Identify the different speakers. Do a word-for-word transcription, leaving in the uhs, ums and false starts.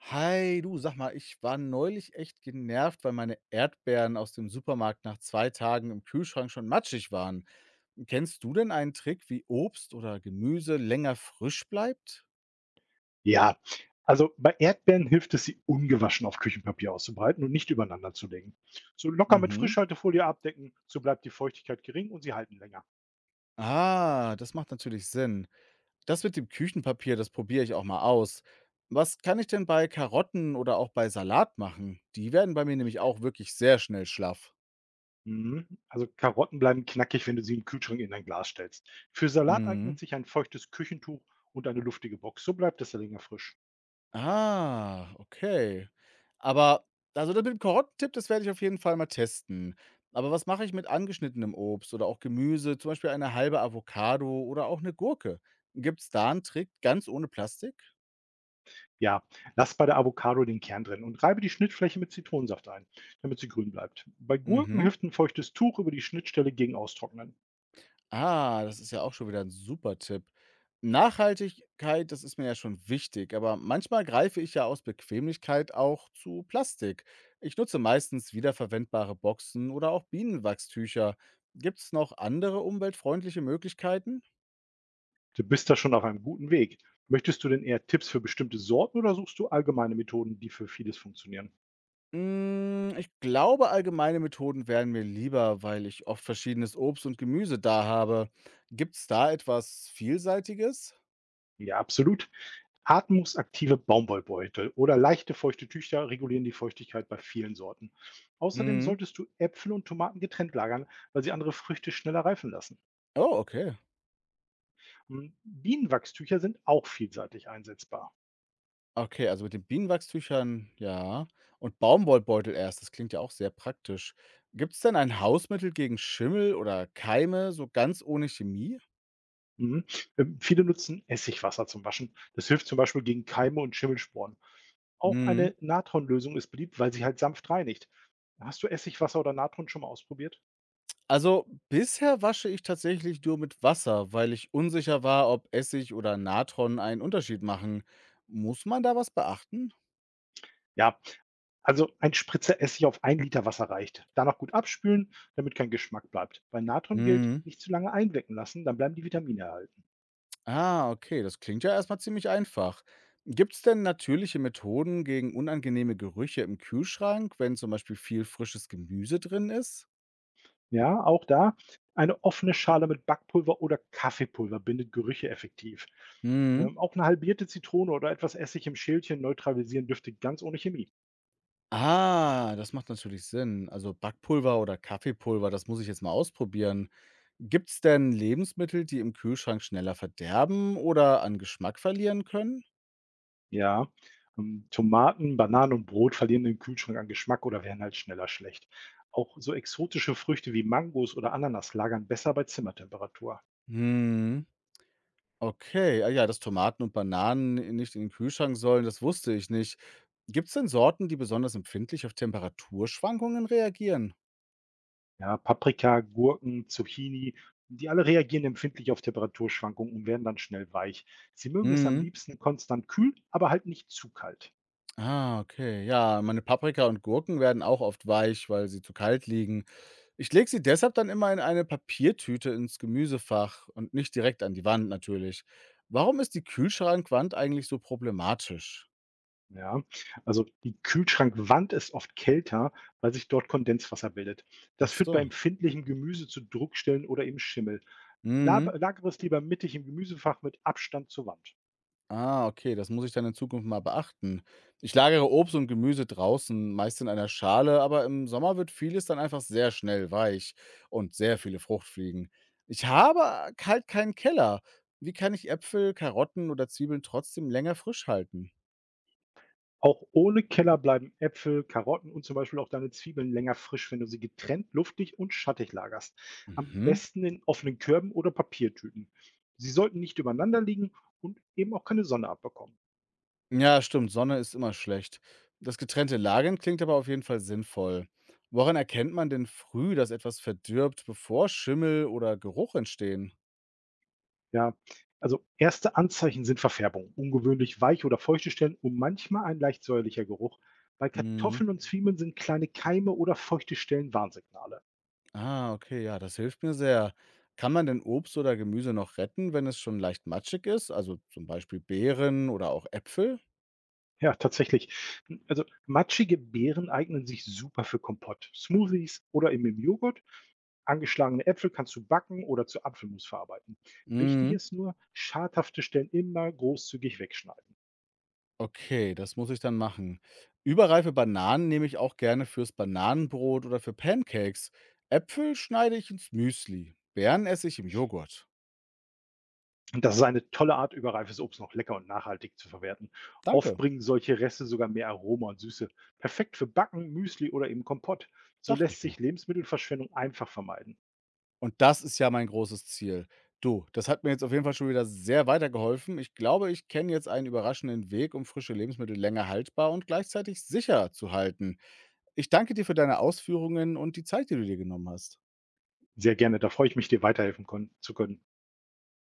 Speaker 1: Hi, du, sag mal, ich war neulich echt genervt, weil meine Erdbeeren aus dem Supermarkt nach zwei Tagen im Kühlschrank schon matschig waren. Kennst du denn einen Trick, wie Obst oder Gemüse länger frisch bleibt?
Speaker 2: Ja, also bei Erdbeeren hilft es, sie ungewaschen auf Küchenpapier auszubreiten und nicht übereinander zu legen. So locker mit
Speaker 1: Mhm.
Speaker 2: Frischhaltefolie abdecken, so bleibt die Feuchtigkeit gering und sie halten länger.
Speaker 1: Ah, das macht natürlich Sinn. Das mit dem Küchenpapier, das probiere ich auch mal aus. Was kann ich denn bei Karotten oder auch bei Salat machen? Die werden bei mir nämlich auch wirklich sehr schnell schlaff.
Speaker 2: Mhm. Also Karotten bleiben knackig, wenn du sie im Kühlschrank in ein Glas stellst. Für Salat eignet
Speaker 1: Mhm.
Speaker 2: sich ein feuchtes Küchentuch und eine luftige Box. So bleibt es länger frisch.
Speaker 1: Ah, okay. Aber also das mit dem Karottentipp, das werde ich auf jeden Fall mal testen. Aber was mache ich mit angeschnittenem Obst oder auch Gemüse, zum Beispiel eine halbe Avocado oder auch eine Gurke? Gibt es da einen Trick ganz ohne Plastik?
Speaker 2: Ja, lass bei der Avocado den Kern drin und reibe die Schnittfläche mit Zitronensaft ein, damit sie grün bleibt. Bei Gurken
Speaker 1: Mhm.
Speaker 2: hilft ein feuchtes Tuch über die Schnittstelle gegen Austrocknen.
Speaker 1: Ah, das ist ja auch schon wieder ein super Tipp. Nachhaltigkeit, das ist mir ja schon wichtig, aber manchmal greife ich ja aus Bequemlichkeit auch zu Plastik. Ich nutze meistens wiederverwendbare Boxen oder auch Bienenwachstücher. Gibt's noch andere umweltfreundliche Möglichkeiten?
Speaker 2: Du bist da schon auf einem guten Weg. Möchtest du denn eher Tipps für bestimmte Sorten oder suchst du allgemeine Methoden, die für vieles funktionieren?
Speaker 1: Hm, ich glaube, allgemeine Methoden wären mir lieber, weil ich oft verschiedenes Obst und Gemüse da habe. Gibt's da etwas Vielseitiges?
Speaker 2: Ja, absolut. Atmungsaktive Baumwollbeutel oder leichte feuchte Tücher regulieren die Feuchtigkeit bei vielen Sorten. Außerdem
Speaker 1: Mhm.
Speaker 2: solltest du Äpfel und Tomaten getrennt lagern, weil sie andere Früchte schneller reifen lassen.
Speaker 1: Oh, okay.
Speaker 2: Mhm. Bienenwachstücher sind auch vielseitig einsetzbar.
Speaker 1: Okay, also mit den Bienenwachstüchern, ja. Und Baumwollbeutel erst, das klingt ja auch sehr praktisch. Gibt es denn ein Hausmittel gegen Schimmel oder Keime, so ganz ohne Chemie?
Speaker 2: Mhm. Ähm, Viele nutzen Essigwasser zum Waschen. Das hilft zum Beispiel gegen Keime und Schimmelsporen. Auch
Speaker 1: Mhm.
Speaker 2: eine Natronlösung ist beliebt, weil sie halt sanft reinigt. Hast du Essigwasser oder Natron schon mal ausprobiert?
Speaker 1: Also bisher wasche ich tatsächlich nur mit Wasser, weil ich unsicher war, ob Essig oder Natron einen Unterschied machen. Muss man da was beachten?
Speaker 2: Ja, also ein Spritzer Essig auf ein Liter Wasser reicht. Danach gut abspülen, damit kein Geschmack bleibt. Bei Natron gilt,
Speaker 1: Mhm.
Speaker 2: nicht zu lange einwecken lassen, dann bleiben die Vitamine erhalten.
Speaker 1: Ah, okay, das klingt ja erstmal ziemlich einfach. Gibt es denn natürliche Methoden gegen unangenehme Gerüche im Kühlschrank, wenn zum Beispiel viel frisches Gemüse drin ist?
Speaker 2: Ja, auch da eine offene Schale mit Backpulver oder Kaffeepulver bindet Gerüche effektiv.
Speaker 1: Mhm.
Speaker 2: Ähm, auch eine halbierte Zitrone oder etwas Essig im Schälchen neutralisieren dürfte ganz ohne Chemie.
Speaker 1: Ah, das macht natürlich Sinn. Also Backpulver oder Kaffeepulver, das muss ich jetzt mal ausprobieren. Gibt es denn Lebensmittel, die im Kühlschrank schneller verderben oder an Geschmack verlieren können?
Speaker 2: Ja, ähm, Tomaten, Bananen und Brot verlieren im Kühlschrank an Geschmack oder werden halt schneller schlecht. Auch so exotische Früchte wie Mangos oder Ananas lagern besser bei Zimmertemperatur.
Speaker 1: Hm, okay. Ah ja, dass Tomaten und Bananen nicht in den Kühlschrank sollen, das wusste ich nicht. Gibt es denn Sorten, die besonders empfindlich auf Temperaturschwankungen reagieren?
Speaker 2: Ja, Paprika, Gurken, Zucchini, die alle reagieren empfindlich auf Temperaturschwankungen und werden dann schnell weich. Sie mögen es am liebsten konstant kühl, aber halt nicht zu kalt.
Speaker 1: Ah, okay. Ja, meine Paprika und Gurken werden auch oft weich, weil sie zu kalt liegen. Ich lege sie deshalb dann immer in eine Papiertüte ins Gemüsefach und nicht direkt an die Wand natürlich. Warum ist die Kühlschrankwand eigentlich so problematisch?
Speaker 2: Ja, also die Kühlschrankwand ist oft kälter, weil sich dort Kondenswasser bildet.
Speaker 1: Ach
Speaker 2: Das führt bei
Speaker 1: so.
Speaker 2: empfindlichem Gemüse zu Druckstellen oder eben Schimmel. Lab-
Speaker 1: Mhm.
Speaker 2: Lagere es lieber mittig im Gemüsefach mit Abstand zur Wand.
Speaker 1: Ah, okay, das muss ich dann in Zukunft mal beachten. Ich lagere Obst und Gemüse draußen, meist in einer Schale, aber im Sommer wird vieles dann einfach sehr schnell weich und sehr viele Fruchtfliegen. Ich habe halt keinen Keller. Wie kann ich Äpfel, Karotten oder Zwiebeln trotzdem länger frisch halten?
Speaker 2: Auch ohne Keller bleiben Äpfel, Karotten und zum Beispiel auch deine Zwiebeln länger frisch, wenn du sie getrennt, luftig und schattig lagerst. Am
Speaker 1: Mhm.
Speaker 2: besten in offenen Körben oder Papiertüten. Sie sollten nicht übereinander liegen und eben auch keine Sonne abbekommen.
Speaker 1: Ja, stimmt, Sonne ist immer schlecht. Das getrennte Lagern klingt aber auf jeden Fall sinnvoll. Woran erkennt man denn früh, dass etwas verdirbt, bevor Schimmel oder Geruch entstehen?
Speaker 2: Ja, also erste Anzeichen sind Verfärbung, ungewöhnlich weiche oder feuchte Stellen und manchmal ein leicht säuerlicher Geruch. Bei Kartoffeln und Zwiebeln sind kleine Keime oder feuchte Stellen Warnsignale.
Speaker 1: Ah, okay, ja, das hilft mir sehr. Kann man denn Obst oder Gemüse noch retten, wenn es schon leicht matschig ist? Also zum Beispiel Beeren oder auch Äpfel?
Speaker 2: Ja, tatsächlich. Also matschige Beeren eignen sich super für Kompott, Smoothies oder eben im Joghurt. Angeschlagene Äpfel kannst du backen oder zu Apfelmus verarbeiten. Wichtig
Speaker 1: Mhm.
Speaker 2: ist nur, schadhafte Stellen immer großzügig wegschneiden.
Speaker 1: Okay, das muss ich dann machen. Überreife Bananen nehme ich auch gerne fürs Bananenbrot oder für Pancakes. Äpfel schneide ich ins Müsli. Beeren esse ich im Joghurt.
Speaker 2: Und das ist eine tolle Art, überreifes Obst noch lecker und nachhaltig zu verwerten. Oft
Speaker 1: Danke,
Speaker 2: bringen solche Reste sogar mehr Aroma und Süße. Perfekt für Backen, Müsli oder eben Kompott. So
Speaker 1: dachte
Speaker 2: lässt
Speaker 1: ich
Speaker 2: sich
Speaker 1: mir.
Speaker 2: Lebensmittelverschwendung einfach vermeiden.
Speaker 1: Und das ist ja mein großes Ziel. Du, das hat mir jetzt auf jeden Fall schon wieder sehr weitergeholfen. Ich glaube, ich kenne jetzt einen überraschenden Weg, um frische Lebensmittel länger haltbar und gleichzeitig sicher zu halten. Ich danke dir für deine Ausführungen und die Zeit, die du dir genommen hast.
Speaker 2: Sehr gerne, da freue ich mich, dir weiterhelfen kon- zu können.